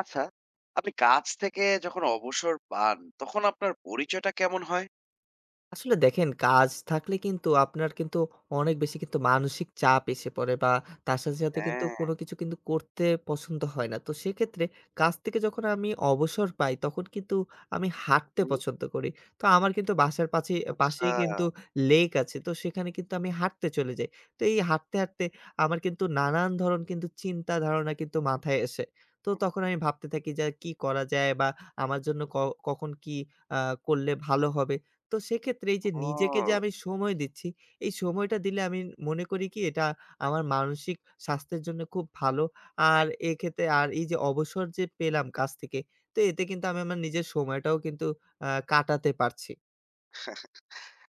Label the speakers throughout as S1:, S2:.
S1: আচ্ছা, আপনি কাজ থেকে যখন অবসর পান, তখন আপনার পরিচয়টা কেমন হয়?
S2: আসলে দেখেন, কাজ থাকলে কিন্তু আপনার কিন্তু অনেক বেশি কিন্তু মানসিক চাপ এসে পড়ে বা তার সাথে, সাথে কিন্তু
S1: হ্যাঁ,
S2: কোনো কিছু কিন্তু করতে পছন্দ হয় না। তো সেক্ষেত্রে কাজ থেকে যখন আমি অবসর পাই তখন কিন্তু আমি হাঁটতে
S1: হুম।
S2: পছন্দ করি। তো আমার কিন্তু বাসার
S1: আচ্ছা।
S2: পাশেই কিন্তু লেক আছে। তো সেখানে কিন্তু আমি হাঁটতে চলে যাই। তো এই হাঁটতে, হাঁটতে আমার কিন্তু নানান ধরণ কিন্তু চিন্তা ধারণা কিন্তু মাথায় আসে। তো তখন আমি ভাবতে থাকি যে কি করা যায় বা আমার জন্য কখন কি আ করলে ভালো হবে। তো সেক্ষেত্রে এই যে নিজেকে
S1: ওহো!
S2: যে আমি সময় দিচ্ছি, এই সময়টা দিলে আমি মনে করি কি এটা আমার মানসিক স্বাস্থ্যের জন্য খুব ভালো। আর এক্ষেত্রে আর এই যে অবসর যে পেলাম কাজ থেকে, তো এতে কিন্তু আমি আমার নিজের সময়টাও কিন্তু কাটাতে পারছি।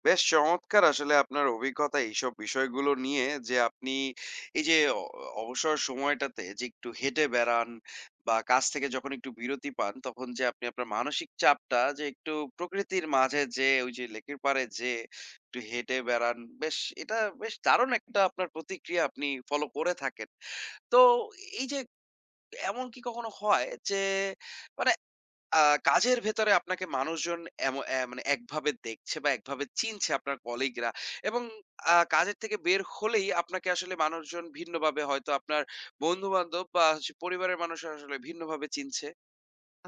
S1: বেশ চমৎকার আসলে আপনার অভিজ্ঞতা এইসব বিষয়গুলো নিয়ে যে আপনি এই যে অবসর সময়টাতে যে একটু হেঁটে বেড়ান বা কাজ থেকে যখন একটু বিরতি পান তখন যে আপনি আপনার মানসিক চাপটা যে একটু প্রকৃতির মাঝে যেয়ে ওই যে লেকের পাড়ে যেয়ে একটু হেঁটে বেড়ান বেশ এটা বেশ দারুণ একটা আপনার প্রতিক্রিয়া আপনি ফলো করে থাকেন। তো এই যে এমন কি কখনো হয় যে মানে আ কাজের ভেতরে আপনাকে মানুষজন এম অ্যা মানে একভাবে দেখছে বা একভাবে চিনছে আপনার কলিগরা এবং কাজের থেকে বের হলেই আপনাকে আসলে মানুষজন ভিন্নভাবে হয়তো আপনার বন্ধু-বান্ধব বা হচ্ছে পরিবারের মানুষ আসলে ভিন্নভাবে চিনছে।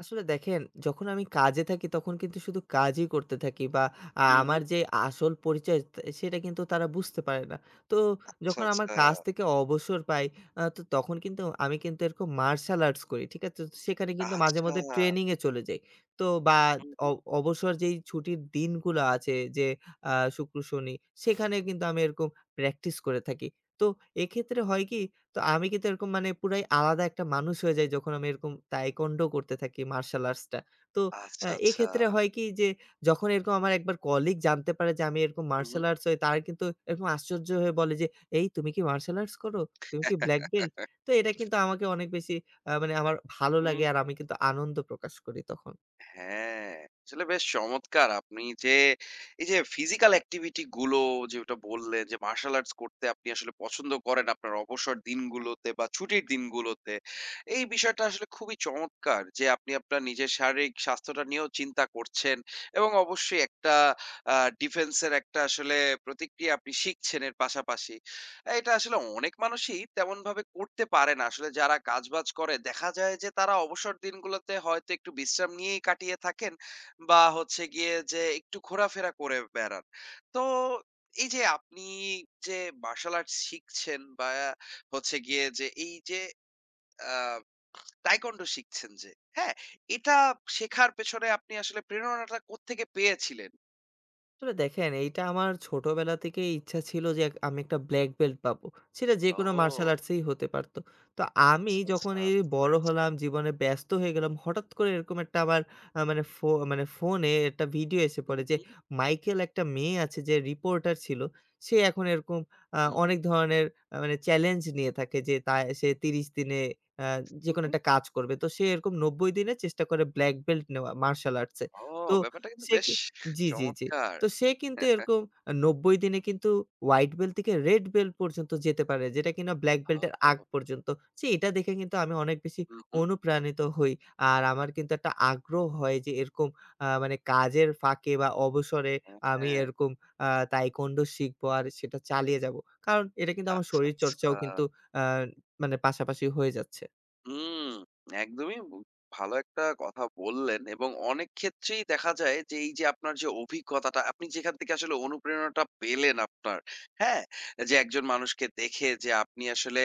S2: আসলে দেখেন, যখন আমি কাজে থাকি তখন কিন্তু শুধু কাজই করতে থাকি বা
S1: হুম,
S2: আমার
S1: হুম।
S2: যে আসল পরিচয় সেটা কিন্তু তারা বুঝতে পারে না। তো
S1: আচ্ছা,
S2: যখন আমার
S1: আচ্ছা।
S2: কাজ থেকে অবসর পাই তো তখন কিন্তু আমি কিন্তু এরকম মার্শাল আর্টস করি। ঠিক আছে? তো সেখানে কিন্তু মাঝে
S1: আচ্ছা।
S2: মধ্যে ট্রেনিং এ চলে যাই। তো বা
S1: হুম,
S2: অ
S1: হুম।
S2: অবসর যেই ছুটির দিনগুলো আছে যে শুক্র, শনি সেখানে কিন্তু আমি এরকম প্র্যাকটিস করে থাকি। তো এক্ষেত্রে হয় কি, তো আমি কিন্তু এরকম মানে পুরাই আলাদা একটা মানুষ হয়ে যাই যখন আমি এরকম তাইকোয়ান্ডো করতে থাকি মার্শাল আর্টসটা। তো
S1: আচ্ছা, আচ্ছা।
S2: এক্ষেত্রে হয় কি যে যখন এরকম আমার একবার কলিগ জানতে পারে যে আমি এরকম
S1: হুম,
S2: মার্শাল
S1: হুম।
S2: আর্টস হই তারা কিন্তু এরকম আশ্চর্য হয়ে বলে যে, "এই তুমি কি মার্শাল আর্টস করো? তুমি কি ব্লাক বেল্ট?" তো এটা কিন্তু আমাকে অনেক বেশি মানে আমার ভালো
S1: হুম।
S2: লাগে আর আমি কিন্তু আনন্দ প্রকাশ করি তখন।
S1: হ্যাঁ, আসলে বেশ চমৎকার! আপনি যে এই যে ফিজিক্যাল অ্যাক্টিভিটি গুলো যেটা বললেন যে মার্শাল আর্টস করতে আপনি আসলে পছন্দ করেন আপনার অবসর দিনগুলোতে বা ছুটির দিনগুলোতে। এই বিষয়টা আসলে খুবই চমৎকার যে আপনি আপনার নিজের শারীরিক স্বাস্থ্যটা নিয়েও চিন্তা করছেন এবং অবশ্যই একটা আ ডিফেন্স এর একটা আসলে প্রতিক্রিয়া আপনি শিখছেন এর পাশাপাশি। এটা আসলে অনেক মানুষই তেমনভাবে করতে পারে না। আসলে যারা কাজবাজ করে দেখা যায় যে তারা অবসর দিনগুলোতে হয়তো একটু বিশ্রাম নিয়েই কাটিয়ে থাকেন বা হচ্ছে গিয়ে যে একটু ঘোরাফেরা করে বেড়ান। তো এই যে আপনি যে মার্শাল আর্ট শিখছেন বা হচ্ছে গিয়ে যে এই যে আ তাইকোয়ান্ডো শিখছেন যে, হ্যাঁ? এটা শেখার পেছনে আপনি আসলে প্রেরণাটা কোত্থেকে পেয়েছিলেন?
S2: আসলে দেখেন, এইটা আমার ছোটবেলা থেকেই ইচ্ছা ছিল যে আমি একটা ব্ল্যাক বেল্ট পাবো। সেটা যেকোনো মার্শাল
S1: ও!
S2: আর্টসেই হতে পারত। তো আমি
S1: আচ্ছা,
S2: যখন
S1: আচ্ছা
S2: এই
S1: বুঝতে
S2: বড়
S1: পেরেছি।
S2: হলাম, জীবনে ব্যস্ত হয়ে গেলাম, হঠাৎ করে এরকম একটা আমার আ মানে ফো মানে ফোনে একটা ভিডিও এসে
S1: হু,
S2: পড়ে যে
S1: হু,
S2: মাইকেল একটা মেয়ে আছে যে রিপোর্টার ছিল। সে এখন এরকম
S1: হু, হু,
S2: অনেক ধরনের মানে চ্যালেঞ্জ নিয়ে থাকে যে সে ৩০ দিনে আ
S1: হু,
S2: যেকোনো
S1: হু।
S2: একটা কাজ করবে। তো সে এরকম ৯০ দিনে চেষ্টা করে ব্ল্যাক বেল্ট নেওয়া মার্শাল আর্টস এ।
S1: ও!
S2: তো
S1: ব্যাপারটা কিন্তু
S2: সে
S1: বেশ
S2: কি? জি, জি, জি।
S1: চমৎকার!
S2: তো সে কিন্তু
S1: হ্যাঁ,
S2: এরকম ৯০ দিনে কিন্তু হোয়াইট বেল্ট থেকে রেড বেল্ট পর্যন্ত যেতে পারে। যেটা কিনা ব্লাক বেল্টের আগ
S1: ও!
S2: পর্যন্ত। সে এটা দেখে কিন্তু আমি অনেক বেশি
S1: হু, হু।
S2: অনুপ্রাণিত হই। আর আমার কিন্তু একটা আগ্রহ হয় যে এরকম মানে কাজের ফাঁকে বা অবসরে আমি
S1: হ্যাঁ,
S2: এরকম আ তাইকোন্ডো শিখবো আর সেটা চালিয়ে যাবো। কারণ এটা কিন্তু আমার
S1: আচ্ছা, আচ্ছা।
S2: শরীরচর্চাও কিন্তু আ মানে পাশাপাশি হয়ে যাচ্ছে।
S1: হুম, একদমই বু ভালো একটা কথা বললেন এবং অনেক ক্ষেত্রেই দেখা যায় যে এই যে আপনার যে অভিজ্ঞতাটা আপনি যেখান থেকে আসলে অনুপ্রেরণাটা পেলেন আপনার, হ্যাঁ? যে একজন মানুষকে দেখে যে আপনি আসলে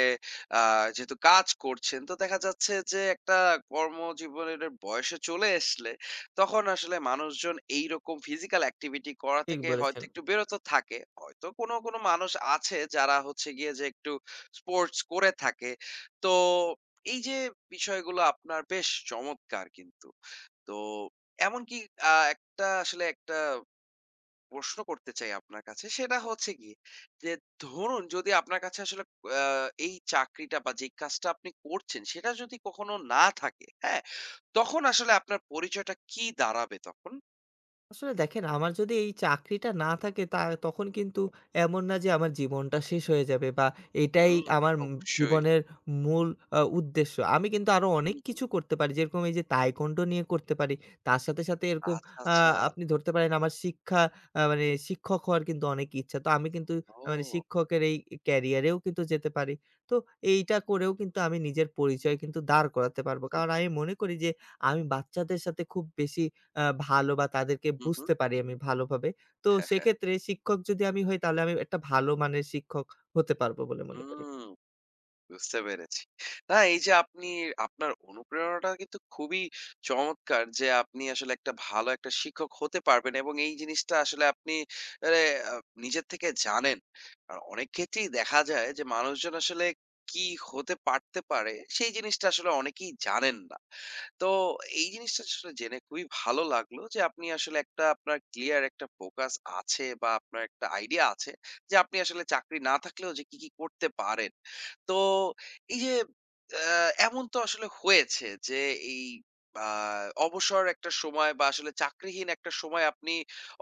S1: আ যেহেতু কাজ করছেন তো দেখা যাচ্ছে যে একটা কর্মজীবনের বয়সে চলে আসলে তখন আসলে মানুষজন এইরকম ফিজিক্যাল এক্টিভিটি করা
S2: ঠিক
S1: থেকে হয়তো
S2: বলেছেন।
S1: একটু বিরত থাকে। হয়তো কোনো, কোনো মানুষ আছে যারা হচ্ছে গিয়ে যে একটু স্পোর্টস করে থাকে। তো এই যে বিষয়গুলো আপনার বেশ চমৎকার কিন্তু। তো এমনকি একটা আসলে একটা প্রশ্ন করতে চাই আপনার কাছে। সেটা হচ্ছে গিয়ে যে ধরুন যদি আপনার কাছে আসলে আ এই চাকরিটা বা যেই কাজটা আপনি করছেন সেটা যদি কখনো না থাকে, হ্যাঁ? তখন আসলে আপনার পরিচয়টা কি দাঁড়াবে তখন?
S2: আসলে দেখেন, আমার যদি এই চাকরিটা না থাকে তখন কিন্তু এমন না যে আমার জীবনটা শেষ হয়ে যাবে বা এটাই
S1: হুম, তা
S2: আমার
S1: তো অবশ্যই।
S2: জীবনের মূল উদ্দেশ্য। আমি কিন্তু আরো
S1: হু,
S2: অনেক
S1: হু।
S2: কিছু করতে পারি। যেরকম এই যে তাইকোন্ডো নিয়ে করতে পারি। তার সাথে, সাথে এরকম
S1: আচ্ছা,
S2: আ
S1: আচ্ছা।
S2: আপনি ধরতে পারেন আমার শিক্ষা আ মানে শিক্ষক হওয়ার কিন্তু অনেক ইচ্ছা। তো আমি কিন্তু মানে
S1: ও!
S2: শিক্ষকের এই ক্যারিয়ারেও কিন্তু যেতে পারি। তো এইটা করেও কিন্তু আমি নিজের পরিচয় কিন্তু দাঁড় করাতে পারবো।
S1: হু,
S2: কারণ আমি মনে করি যে আমি বাচ্চাদের সাথে খুব বেশি আ ভালো বা তাদেরকে
S1: হু, হু।
S2: বুঝতে পারি আমি ভালোভাবে। তো সেক্ষেত্রে শিক্ষক যদি আমি হই তাহলে আমি একটা ভালো মানের শিক্ষক হতে পারবো বলে মনে করি।
S1: হুম। বুঝতে পেরেছি। না এই যে আপনি আপনার অনুপ্রেরণাটা কিন্তু খুবই চমৎকার যে আপনি আসলে একটা ভালো একটা শিক্ষক হতে পারবেন এবং এই জিনিসটা আসলে আপনি মানে আ নিজের থেকে জানেন। আর অনেক ক্ষেত্রেই দেখা যায় যে মানুষজন আসলে কি হতে পারতে পারে সেই জিনিসটা আসলে অনেকেই জানেন না। তো এই জিনিসটা আসলে জেনে খুবই ভালো লাগলো যে আপনি আসলে একটা আপনার ক্লিয়ার একটা ফোকাস আছে বা আপনার একটা আইডিয়া আছে যে আপনি আসলে চাকরি না থাকলেও যে কি কি করতে পারেন তো এই যে আহ, এমন তো আসলে হয়েছে যে এই আহ, অবসর একটা সময় বা আসলে চাকরিহীন একটা সময় আপনি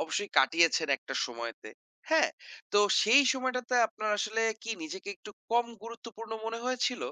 S1: অবশ্যই কাটিয়েছেন একটা সময়তে হ্যাঁ তো সেই সময়টাতে আপনার আসলে কি নিজেকে একটু কম গুরুত্বপূর্ণ মনে হয়েছিল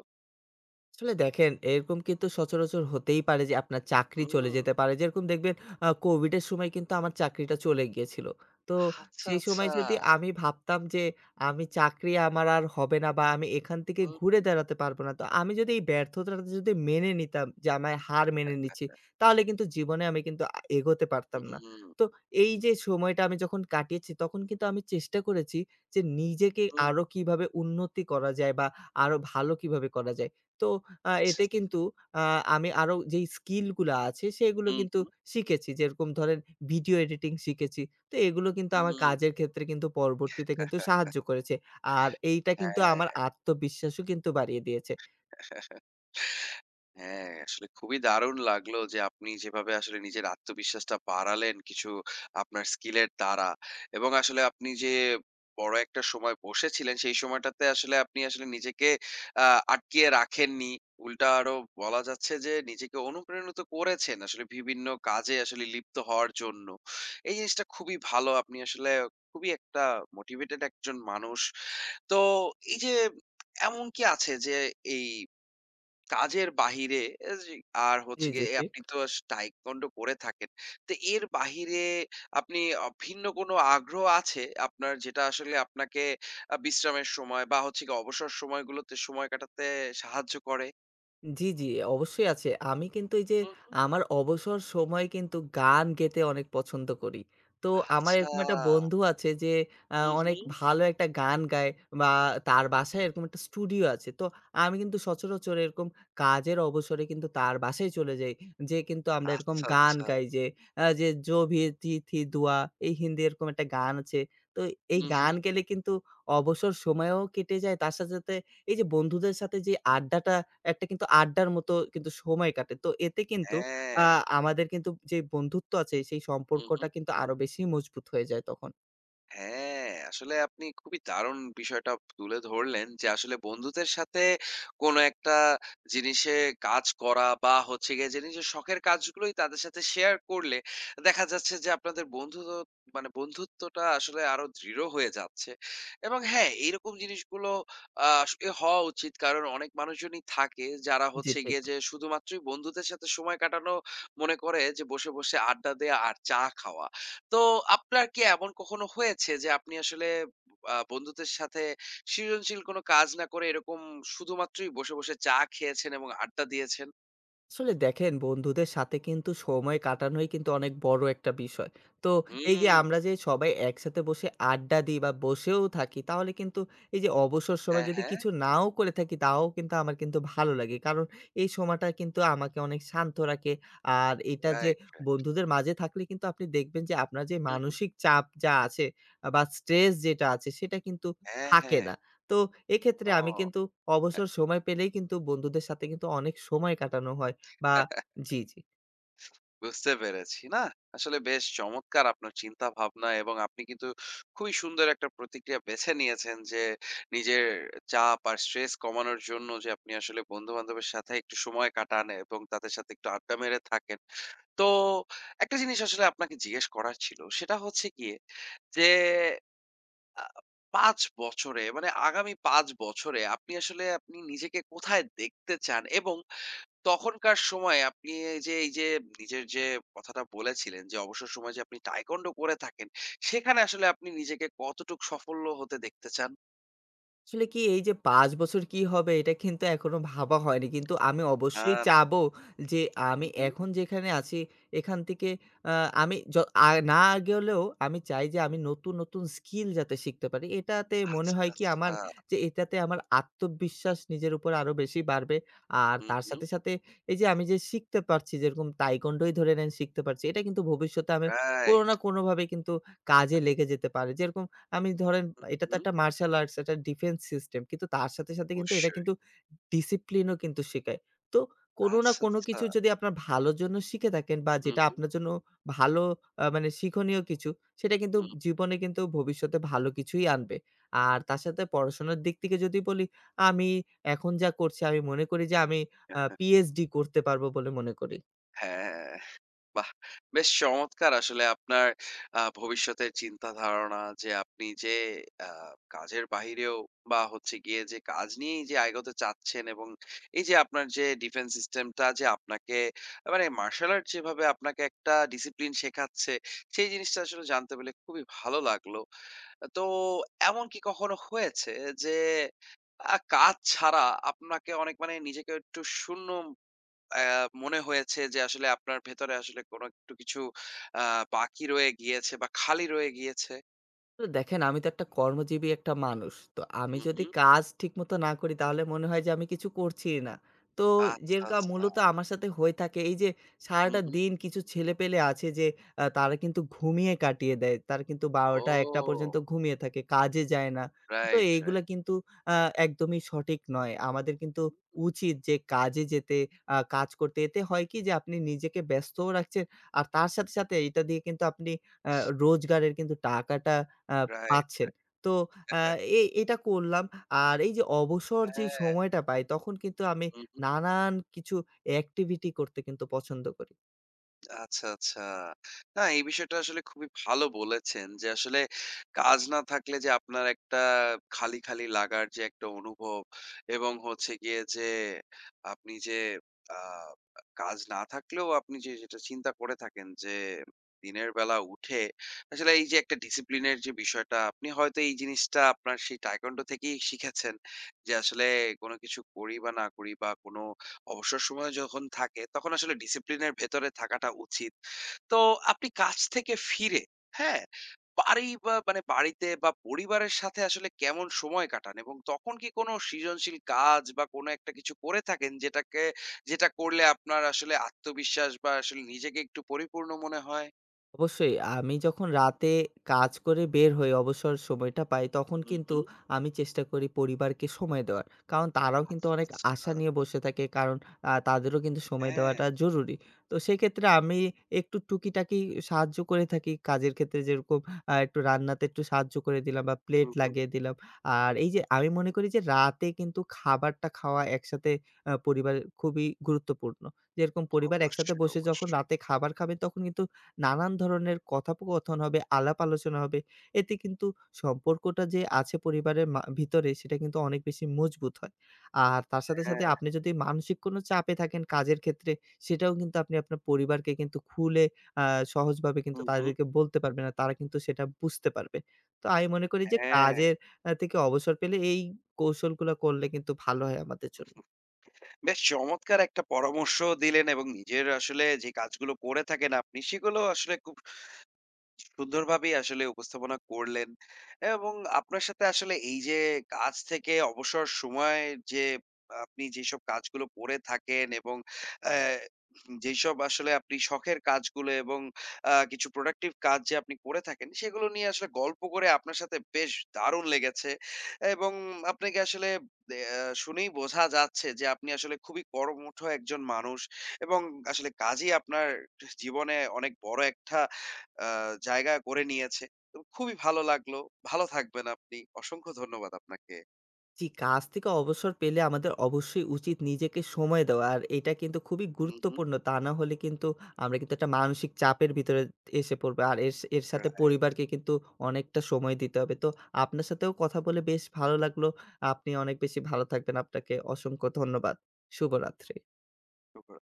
S2: আসলে দেখেন, এরকম কিন্তু সচরাচর হতেই পারে যে আপনার চাকরি চলে
S1: হুম
S2: যেতে পারে। যেরকম দেখবেন কোভিডের সময় কিন্তু আমার চাকরিটা চলে গিয়েছিল। তো
S1: আচ্ছা
S2: সেই সময়
S1: আচ্ছা
S2: যদি আমি ভাবতাম যে আমি চাকরি আমার আর হবে না বা আমি এখান থেকে ঘুরে দাঁড়াতে পারবো না। তো আমি যদি এই ব্যর্থতাটা যদি মেনে নিতাম যে আমি হার মেনে
S1: হুম,
S2: নিচ্ছি, তাহলে কিন্তু জীবনে আমি কিন্তু এগোতে পারতাম না। তো এই যে সময়টা আমি যখন কাটিয়েছি তখন কিন্তু আমি চেষ্টা করেছি যে নিজেকে
S1: হুম,
S2: আরো কিভাবে উন্নতি করা যায় বা আরো ভালো কিভাবে করা যায়। তো
S1: আচ্ছা,
S2: এতে
S1: আচ্ছা।
S2: কিন্তু আ আমি আরো যেই স্কিল গুলা আছে সেগুলো
S1: হুম,
S2: কিন্তু
S1: হুম,
S2: শিখেছি। যেরকম ধরেন, ভিডিও এডিটিং শিখেছি। তো এগুলো কিন্তু আমার
S1: হুম।
S2: কাজের ক্ষেত্রে কিন্তু পরবর্তীতে কিন্তু সাহায্য করেছে। আর এইটা কিন্তু আমার আত্মবিশ্বাসও কিন্তু বাড়িয়ে দিয়েছে।
S1: হ্যাঁ। হ্যাঁ, আসলে খুবই দারুণ লাগলো যে আপনি যেভাবে আসলে নিজের আত্মবিশ্বাসটা বাড়ালেন কিছু আপনার স্কিলের দ্বারা এবং আসলে আপনি যে বড় একটা সময় বসেছিলেন সেই সময়টাতে আসলে আপনি আসলে নিজেকে আ আটকিয়ে রাখেননি। উল্টা আরো বলা যাচ্ছে যে নিজেকে অনুপ্রাণিত করেছেন আসলে বিভিন্ন কাজে আসলে লিপ্ত হওয়ার জন্য। এই জিনিসটা খুবই ভালো। আপনি আসলে খুবই একটা মোটিভেটেড একজন মানুষ। তো এই যে এমন কি আছে যে এই কাজের বাহিরে এ যে আর
S2: জি,
S1: হচ্ছে
S2: জি,
S1: গিয়ে
S2: ঠিক।
S1: আপনি তো টাইকোয়ান্ডো করে থাকেন। তো এর বাহিরে আপনি ভিন্ন কোনো আগ্রহ আছে আপনার যেটা আসলে আপনাকে বিশ্রামের সময় বা হচ্ছে গিয়ে অবসর সময়গুলোতে সময় কাটাতে সাহায্য করে?
S2: জি, জি, অবশ্যই আছে। আমি কিন্তু এই যে
S1: হুম, হুম।
S2: আমার অবসর সময়ে কিন্তু গান গেতে অনেক পছন্দ করি। তো আমার
S1: আচ্ছা।
S2: এরকম একটা বন্ধু আছে যে
S1: হু, হু।
S2: অনেক ভালো একটা গান গায় বা তার বাসায় এরকম একটা স্টুডিও আছে। তো আমি কিন্তু সচরাচর এরকম কাজের অবসরে কিন্তু তার বাসায় চলে যাই। যেয়ে কিন্তু আমরা এরকম
S1: আচ্ছা,
S2: গান
S1: আচ্ছা।
S2: গাই যে যে "जो भी
S1: হুম।
S2: थी थी दुआ" এই হিন্দি এরকম একটা গান আছে। তো এই
S1: হু, হু।
S2: গান গেলে কিন্তু অবসর সময়েও কেটে যায়। তার সাথে, সাথে এই যে বন্ধুদের সাথে যে আড্ডাটা একটা কিন্তু আড্ডার মতো কিন্তু সময় কাটে। তো এতে কিন্তু আ
S1: হ্যাঁ।
S2: আমাদের কিন্তু যে বন্ধুত্ব আছে সেই
S1: হু, হু।
S2: সম্পর্কটা কিন্তু আরো বেশি মজবুত হয়ে যায় তখন।
S1: হ্যাঁ, আসলে আপনি খুবই দারুণ বিষয়টা তুলে ধরলেন যে আসলে বন্ধুদের সাথে কোনো একটা জিনিসে কাজ করা বা হচ্ছে গিয়ে যে নিজের শখের কাজগুলোই তাদের সাথে শেয়ার করলে দেখা যাচ্ছে যে আপনাদের বন্ধু মানে বন্ধুত্বটা আসলে আরো দৃঢ় হয়ে যাচ্ছে এবং হ্যাঁ এইরকম জিনিসগুলো আহ, আসলে হওয়া উচিত কারণ অনেক মানুষজনই থাকে যারা
S2: জি
S1: হচ্ছে
S2: ঠিক।
S1: গিয়ে যে শুধুমাত্রই বন্ধুদের সাথে সময় কাটানো মনে করে যে বসে বসে আড্ডা দেয়া আর চা খাওয়া তো আপনার কি এমন কখনো হয়েছে যে আপনি আসলে বন্ধুদের সাথে সৃজনশীল কোনো কাজ না করে এরকম শুধুমাত্রই বসে, বসে চা খেয়েছেন এবং আড্ডা দিয়েছেন?
S2: আসলে দেখেন, বন্ধুদের সাথে কিন্তু সময় কাটানোই কিন্তু অনেক বড় একটা বিষয়। তো এই যে
S1: হুম।
S2: আমরা যে সবাই একসাথে বসে আড্ডা দিই বা বসেও থাকি তাহলে কিন্তু এই যে অবসর সময়
S1: হ্যাঁ,
S2: যদি
S1: হ্যাঁ।
S2: কিছু নাও করে থাকি তাও কিন্তু আমার কিন্তু ভালো লাগে। কারণ এই সময়টা কিন্তু আমাকে অনেক শান্ত রাখে। আর এটা যে
S1: রাইট, রাইট।
S2: বন্ধুদের মাঝে থাকলে কিন্তু আপনি দেখবেন যে আপনার যে
S1: হু, হু।
S2: মানসিক চাপ যা আছে বা স্ট্রেস যেটা আছে সেটা কিন্তু
S1: হ্যাঁ,
S2: থাকে
S1: হ্যাঁ।
S2: না। তো এক্ষেত্রে আমি
S1: ও
S2: কিন্তু অবসর সময় পেলেই কিন্তু বন্ধুদের সাথে কিন্তু অনেক সময় কাটানো হয়। বা জি, জি।
S1: বুঝতে পেরেছি। না, আসলে বেশ চমৎকার আপনার চিন্তাভাবনা এবং আপনি কিন্তু খুবই সুন্দর একটা প্রতিক্রিয়া বেছে নিয়েছেন যে নিজের চাপ আর স্ট্রেস কমানোর জন্য যে আপনি আসলে বন্ধু-বান্ধবের সাথে একটু সময় কাটান এবং তাদের সাথে একটু আড্ডা মেরে থাকেন। তো একটা জিনিস আসলে আপনাকে জিজ্ঞেস করার ছিল। সেটা হচ্ছে গিয়ে যে আ ৫ বছরে মানে আগামী ৫ বছরে আপনি আসলে আপনি নিজেকে কোথায় দেখতে চান? এবং তখনকার সময়ে আপনি এই যে এই যে নিজের যে কথাটা বলেছিলেন যে অবসর সময়ে যে আপনি তাইকোন্ডো করে থাকেন, সেখানে আসলে আপনি নিজেকে কতটুক সাফল্য হতে দেখতে চান?
S2: আসলে কি এই যে ৫ বছর কি হবে এটা কিন্তু এখনো ভাবা হয়নি। কিন্তু আমি অবশ্যই
S1: হ্যাঁ,
S2: চাবো যে আমি
S1: হুম, হুম।
S2: এখন যেখানে আছি এখান থেকে আ আমি য আ না গেলেও আমি চাই যে আমি নতুন, নতুন স্কিল যাতে শিখতে পারি। এটাতে মনে
S1: আচ্ছা,
S2: হয় কি আমার
S1: আচ্ছা।
S2: যে এটাতে আমার আত্মবিশ্বাস নিজের উপর আরো বেশি বাড়বে। আর
S1: হুম,
S2: তার
S1: হুম।
S2: সাথে, সাথে এই যে আমি যে শিখতে পারছি যেরকম তাইকোন্ডোই ধরে নেন শিখতে পারছি। এটা কিন্তু ভবিষ্যতে আমি কোনো
S1: রাইট।
S2: না কোনোভাবে কিন্তু কাজে লেগে যেতে পারে। যেরকম আমি ধরেন,
S1: হুম,
S2: এটা তো
S1: হুম।
S2: একটা মার্শাল আর্টস, একটা ডিফেন্স সিস্টেম। কিন্তু তার সাথে, সাথে কিন্তু এটা
S1: অবশ্যই।
S2: কিন্তু ডিসিপ্লিনও কিন্তু শেখায়। তো কোনো না
S1: আচ্ছা,
S2: কোনো
S1: আচ্ছা।
S2: কিছু যদি আপনার ভালোর জন্য শিখে থাকেন বা
S1: হুম,
S2: যেটা
S1: হুম,
S2: আপনার জন্য ভালো, মানে শিক্ষণীয় কিছু, সেটা কিন্তু জীবনে কিন্তু ভবিষ্যতে ভালো কিছুই আনবে। আর তার সাথে পড়াশোনার দিক থেকে যদি বলি, আমি এখন যা করছি আমি মনে করি যে আমি
S1: হুম।
S2: পিএইচডি করতে পারবো বলে মনে করি।
S1: হ্যাঁ, বাহ! বেশ চমৎকার আসলে আপনার ভবিষ্যতের চিন্তা ধারণা যে আপনি যে আ কাজের বাহিরেও বা হচ্ছে গিয়ে যে কাজ নিয়েই যে আগাতে চাচ্ছেন এবং এই যে আপনার যে ডিফেন্স সিস্টেমটা যে আপনাকে মানে মার্শাল আর্ট যেভাবে আপনাকে একটা ডিসিপ্লিন শেখাচ্ছে, সেই জিনিসটা আসলে জানতে পেরে খুবই ভালো লাগলো। তো এমন কি কখনো হয়েছে যে কাজ ছাড়া আপনাকে অনেক মানে নিজেকে একটু শূন্য আ মনে হয়েছে যে আসলে আপনার ভেতরে আসলে কোনো একটু কিছু আ বাকি রয়ে গিয়েছে বা খালি রয়ে গিয়েছে?
S2: তো দেখেন, আমি তো একটা কর্মজীবী একটা মানুষ। তো আমি
S1: হুম,
S2: যদি
S1: হুম।
S2: কাজ ঠিকমতো না করি তাহলে মনে হয় যে আমি কিছু করছি না। তো
S1: আচ্ছা,
S2: যেটা
S1: আচ্ছা।
S2: মূলত আমার সাথে হয়ে থাকে এই যে
S1: হুম,
S2: সারাটা
S1: হুম।
S2: দিন কিছু ছেলেপেলে আছে যে তারা কিন্তু ঘুমিয়ে কাটিয়ে দেয়। তারা কিন্তু ১২টা ১টা
S1: ও!
S2: পর্যন্ত ঘুমিয়ে থাকে, কাজে যায় না। তো
S1: রাইট,
S2: এইগুলা
S1: রাইট,
S2: কিন্তু আ একদমই সঠিক নয়। আমাদের কিন্তু উচিত যে কাজে যেতে, কাজ করতে। এতে হয় কি যে আপনি নিজেকে ব্যস্তও রাখছেন আর তার সাথে, সাথে এটা দিয়ে কিন্তু আপনি আ রোজগারের কিন্তু টাকাটা আ
S1: রাইট,
S2: পাচ্ছেন। তো আ
S1: রাইট।
S2: এ এটা করলাম। আর এই যে অবসর যে
S1: হ্যাঁ,
S2: সময়টা পাই তখন কিন্তু আমি
S1: হুম।
S2: নানান কিছু activity করতে কিন্তু পছন্দ করি।
S1: আচ্ছা, আচ্ছা। না এই বিষয়টা আসলে খুবই ভালো বলেছেন যে আসলে কাজ না থাকলে যে আপনার একটা খালি, খালি লাগার যে একটা অনুভব এবং হচ্ছে গিয়ে যে আপনি যে আ কাজ না থাকলেও আপনি যে যেটা চিন্তা করে থাকেন যে দিনের বেলা উঠে আসলে এই যে একটা ডিসিপ্লিনের যে বিষয়টা আপনি হয়তো এই জিনিসটা আপনার সেই টাইকোয়ান্ডো থেকেই শিখেছেন যে আসলে কোন কিছু করি বা না করি বা কোন অবসর সময় যখন থাকে তখন আসলে ডিসিপ্লিনের ভেতরে থাকাটা উচিত। তো আপনি কাজ থেকে ফিরে, হ্যাঁ? বাড়ি বা মানে বাড়িতে বা পরিবারের সাথে আসলে কেমন সময় কাটান? এবং তখন কি কোনো সৃজনশীল কাজ বা কোনো একটা কিছু করে থাকেন যেটাকে যেটা করলে আপনার আসলে আত্মবিশ্বাস বা আসলে নিজেকে একটু পরিপূর্ণ মনে হয়?
S2: অবশ্যই। আমি যখন রাতে কাজ করে বের হই, অবসর সময়টা পাই, তখন
S1: হুম,
S2: কিন্তু
S1: হুম।
S2: আমি চেষ্টা করি পরিবারকে সময় দেওয়ার। কারণ তারাও কিন্তু
S1: আচ্ছা,
S2: অনেক
S1: আচ্ছা।
S2: আশা নিয়ে বসে থাকে। কারণ তাদেরও কিন্তু সময়
S1: হ্যাঁ।
S2: দেওয়াটা জরুরি। তো সেক্ষেত্রে আমি একটু টুকিটাকি সাহায্য করে থাকি কাজের ক্ষেত্রে। যেরকম একটু রান্নাতে একটু সাহায্য করে দিলাম বা প্লেট
S1: হুম, হুম।
S2: লাগিয়ে দিলাম। আর এই যে আমি মনে করি যে রাতে কিন্তু খাবারটা খাওয়া একসাথে পরিবারের খুবই গুরুত্বপূর্ণ। যেরকম পরিবার একসাথে
S1: অবশ্যই,
S2: বসে যখন
S1: অবশ্যই।
S2: রাতে খাবার খাবে তখন কিন্তু নানান ধরনের কথোপকথন হবে, আলাপ আলোচনা হবে। এতে কিন্তু সম্পর্কটা যে আছে পরিবারের ভিতরে সেটা কিন্তু অনেক বেশি মজবুত হয়। আর তার সাথে, সাথে
S1: হ্যাঁ।
S2: আপনি যদি মানসিক কোনো চাপে থাকেন কাজের ক্ষেত্রে সেটাও কিন্তু আপনি আপনার পরিবারকে কিন্তু খুলে আ সহজভাবে কিন্তু
S1: হুম, হুম।
S2: তাদেরকে বলতে পারবেন আর তারা কিন্তু সেটা বুঝতে পারবে। তো আমি মনে করি যে
S1: হ্যাঁ।
S2: কাজের থেকে অবসর পেলে এই কৌশলগুলা করলে কিন্তু ভালো হয় আমাদের জন্য।
S1: বেশ চমৎকার একটা পরামর্শ দিলেন এবং নিজের আসলে যে কাজগুলো করে থাকেন আপনি সেগুলো আসলে খুব সুন্দরভাবেই আসলে উপস্থাপনা করলেন এবং আপনার সাথে আসলে এই যে কাজ থেকে অবসর সময়ে যে আপনি যেসব কাজগুলো করে থাকেন এবং আহ, যেসব আসলে আপনি শখের কাজগুলো এবং আহ, কিছু প্রোডাক্টিভ কাজ যে আপনি করে থাকেন সেগুলো নিয়ে আসলে গল্প করে আপনার সাথে বেশ দারুণ লেগেছে এবং আপনাকে আসলে আহ, শুনেই বোঝা যাচ্ছে যে আপনি আসলে খুবই কর্মঠ একজন মানুষ এবং আসলে কাজই আপনার জীবনে অনেক বড় একটা আ জায়গা করে নিয়েছে। তো খুবই ভালো লাগলো। ভালো থাকবেন আপনি। অসংখ্য ধন্যবাদ আপনাকে।
S2: জি, কাজ থেকে অবসর পেলে আমাদের অবশ্যই উচিত নিজেকে সময় দেওয়া। আর এটা কিন্তু খুবই
S1: হু, হু।
S2: গুরুত্বপূর্ণ। তা না হলে কিন্তু আমরা কিন্তু একটা মানসিক চাপের ভিতরে এসে পড়বো। আর এর এর সাথে
S1: রাইট।
S2: পরিবারকে কিন্তু অনেকটা সময় দিতে হবে। তো আপনার সাথেও কথা বলে বেশ ভালো লাগলো। আপনি অনেক বেশি ভালো থাকবেন। আপনাকে অসংখ্য ধন্যবাদ। শুভরাত্রি।